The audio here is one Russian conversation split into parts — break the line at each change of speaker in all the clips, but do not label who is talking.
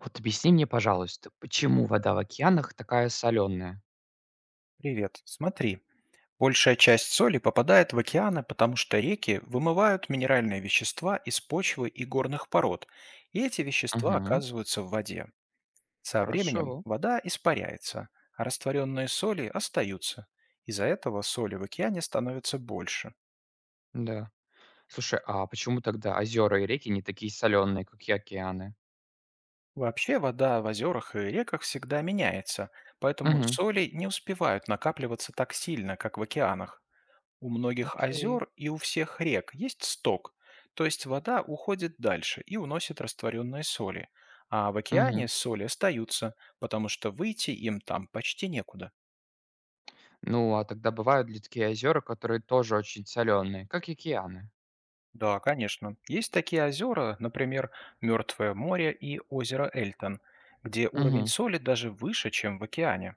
Вот объясни мне, пожалуйста, почему вода в океанах такая соленая?
Привет. Смотри, большая часть соли попадает в океаны, потому что реки вымывают минеральные вещества из почвы и горных пород, и эти вещества
Мгм.
оказываются в воде. Со временем
Хорошо.
вода испаряется, а растворенные соли остаются. Из-за этого соли в океане становится больше.
Да. Слушай, а почему тогда озера и реки не такие соленые, как и океаны?
Вообще вода в озерах и реках всегда меняется, поэтому
Мгм.
соли не успевают накапливаться так сильно, как в океанах. У многих
Окей.
озер и у всех рек есть сток, то есть вода уходит дальше и уносит растворенные соли, а в океане
Мгм.
соли остаются, потому что выйти им там почти некуда.
Ну, а тогда бывают ли такие озера, которые тоже очень соленые, как и океаны?
Да, конечно. Есть такие озера, например, Мертвое море и озеро Эльтон, где уровень
Мгм.
соли даже выше, чем в океане.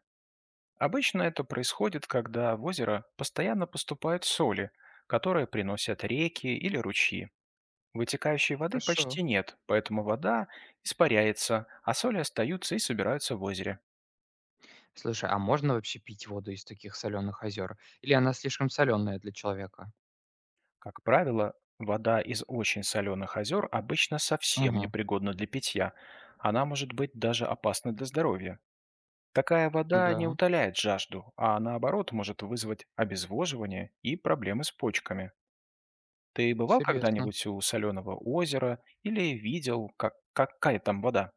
Обычно это происходит, когда в озеро постоянно поступают соли, которые приносят реки или ручьи. Вытекающей воды почти
Хорошо.
нет, поэтому вода испаряется, а соли остаются и собираются в озере.
Слушай, а можно вообще пить воду из таких соленых озер? Или она слишком соленая для человека?
Как правило, вода из очень соленых озер обычно совсем
Угу.
непригодна для питья. Она может быть даже опасна для здоровья. Такая вода не
Да.
утоляет жажду, а наоборот может вызвать обезвоживание и проблемы с почками. Ты бывал
Интересно.
когда-нибудь у соленого озера или видел, как, какая там вода?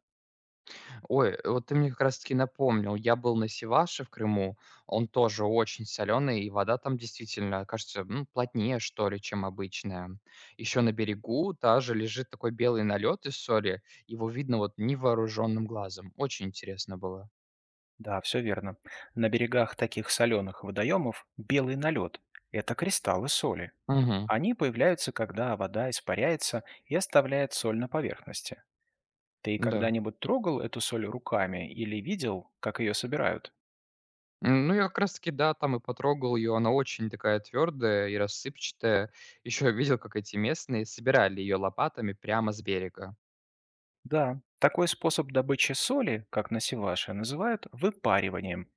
Ой, вот ты мне как раз таки напомнил. Я был на Севаше в Крыму. Он тоже очень соленый, и вода там действительно кажется, ну, плотнее, что ли, чем обычная. Еще на берегу даже лежит такой белый налет из соли. Его видно вот невооруженным глазом. Очень интересно было.
Да, все верно. На берегах таких соленых водоемов белый налет– это кристаллы соли.
Мгм.
Они появляются, когда вода испаряется и оставляет соль на поверхности. Ты
Да.
когда-нибудь трогал эту соль руками или видел, как ее собирают?
М, ну, я как раз таки, да, там и потрогал ее. Она очень такая твердая и рассыпчатая. Еще видел, как эти местные собирали ее лопатами прямо с берега.
Да, такой способ добычи соли, как на Севаше, называют выпариванием.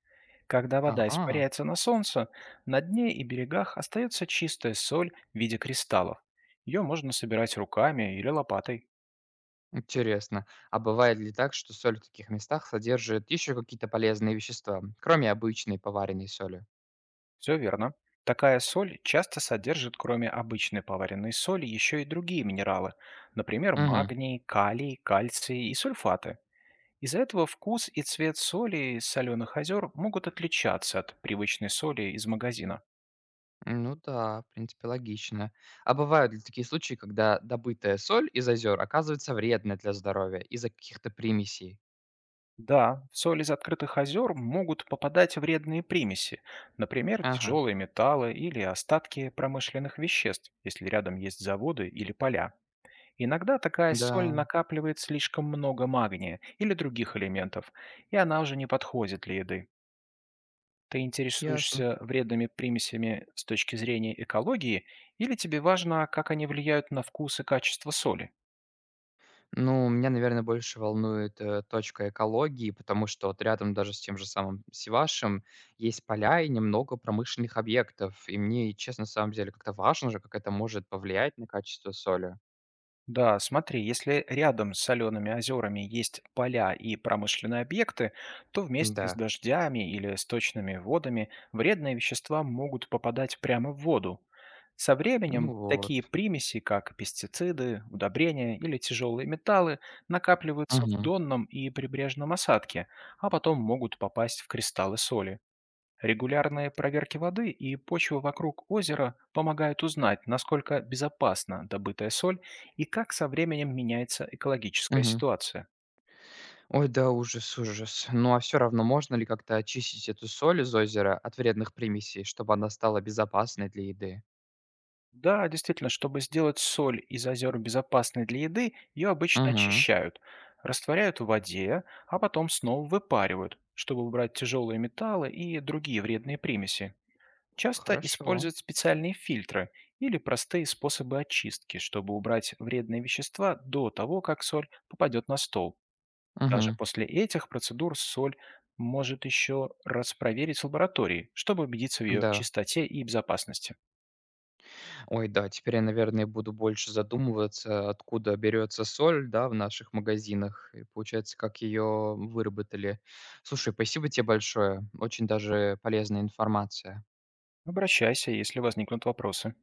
Когда вода
Ага.
испаряется на солнце, на дне и берегах остается чистая соль в виде кристаллов. Ее можно собирать руками или лопатой.
Интересно. А бывает ли так, что соль в таких местах содержит еще какие-то полезные вещества, кроме обычной поваренной соли?
Все верно. Такая соль часто содержит, кроме обычной поваренной соли, еще и другие минералы, например,
Угу.
магний, калий, кальций и сульфаты. Из-за этого вкус и цвет соли из соленых озер могут отличаться от привычной соли из магазина.
Ну да, в принципе, логично. А бывают ли такие случаи, когда добытая соль из озер оказывается вредной для здоровья из-за каких-то примесей?
Да, в соль из открытых озер могут попадать вредные примеси, например,
Ага.
тяжелые металлы или остатки промышленных веществ, если рядом есть заводы или поля. Иногда такая соль
Да,
накапливает слишком много магния или других элементов, и она уже не подходит для еды. Ты
ясно.
интересуешься вредными примесями с точки зрения экологии, или тебе важно, как они влияют на вкус и качество соли?
Ну, меня, наверное, больше волнует, точка экологии, потому что вот рядом даже с тем же самым Севашем есть поля и немного промышленных объектов. И мне, честно, на самом деле как-то важно же, как это может повлиять на качество соли.
Да, смотри, если рядом с солеными озерами есть поля и промышленные объекты, то вместе с
Да,
дождями или сточными водами вредные вещества могут попадать прямо в воду. Со временем
ну вот.
такие примеси, как пестициды, удобрения или тяжелые металлы, накапливаются в
Мгм.
донном и прибрежном осадке, а потом могут попасть в кристаллы соли. Регулярные проверки воды и почвы вокруг озера помогают узнать, насколько безопасна добытая соль и как со временем меняется экологическая
Мгм.
ситуация.
Ой, да, ужас, ужас. Ну, а все равно можно ли как-то очистить эту соль из озера от вредных примесей, чтобы она стала безопасной для еды?
Да, действительно, чтобы сделать соль из озер безопасной для еды, ее обычно
Мгм.
очищают, растворяют в воде, а потом снова выпаривают, чтобы убрать тяжелые металлы и другие вредные примеси. Часто
Хорошо.
используют специальные фильтры или простые способы очистки, чтобы убрать вредные вещества до того, как соль попадет на стол. Даже
Мгм.
после этих процедур соль может еще раз проверить в лаборатории, чтобы убедиться в ее
Да.
чистоте и безопасности.
Ой, да, теперь я, наверное, буду больше задумываться, откуда берется соль, да, в наших магазинах, и получается, как ее выработали. Слушай, спасибо тебе большое, очень даже полезная информация.
Обращайся, если возникнут вопросы.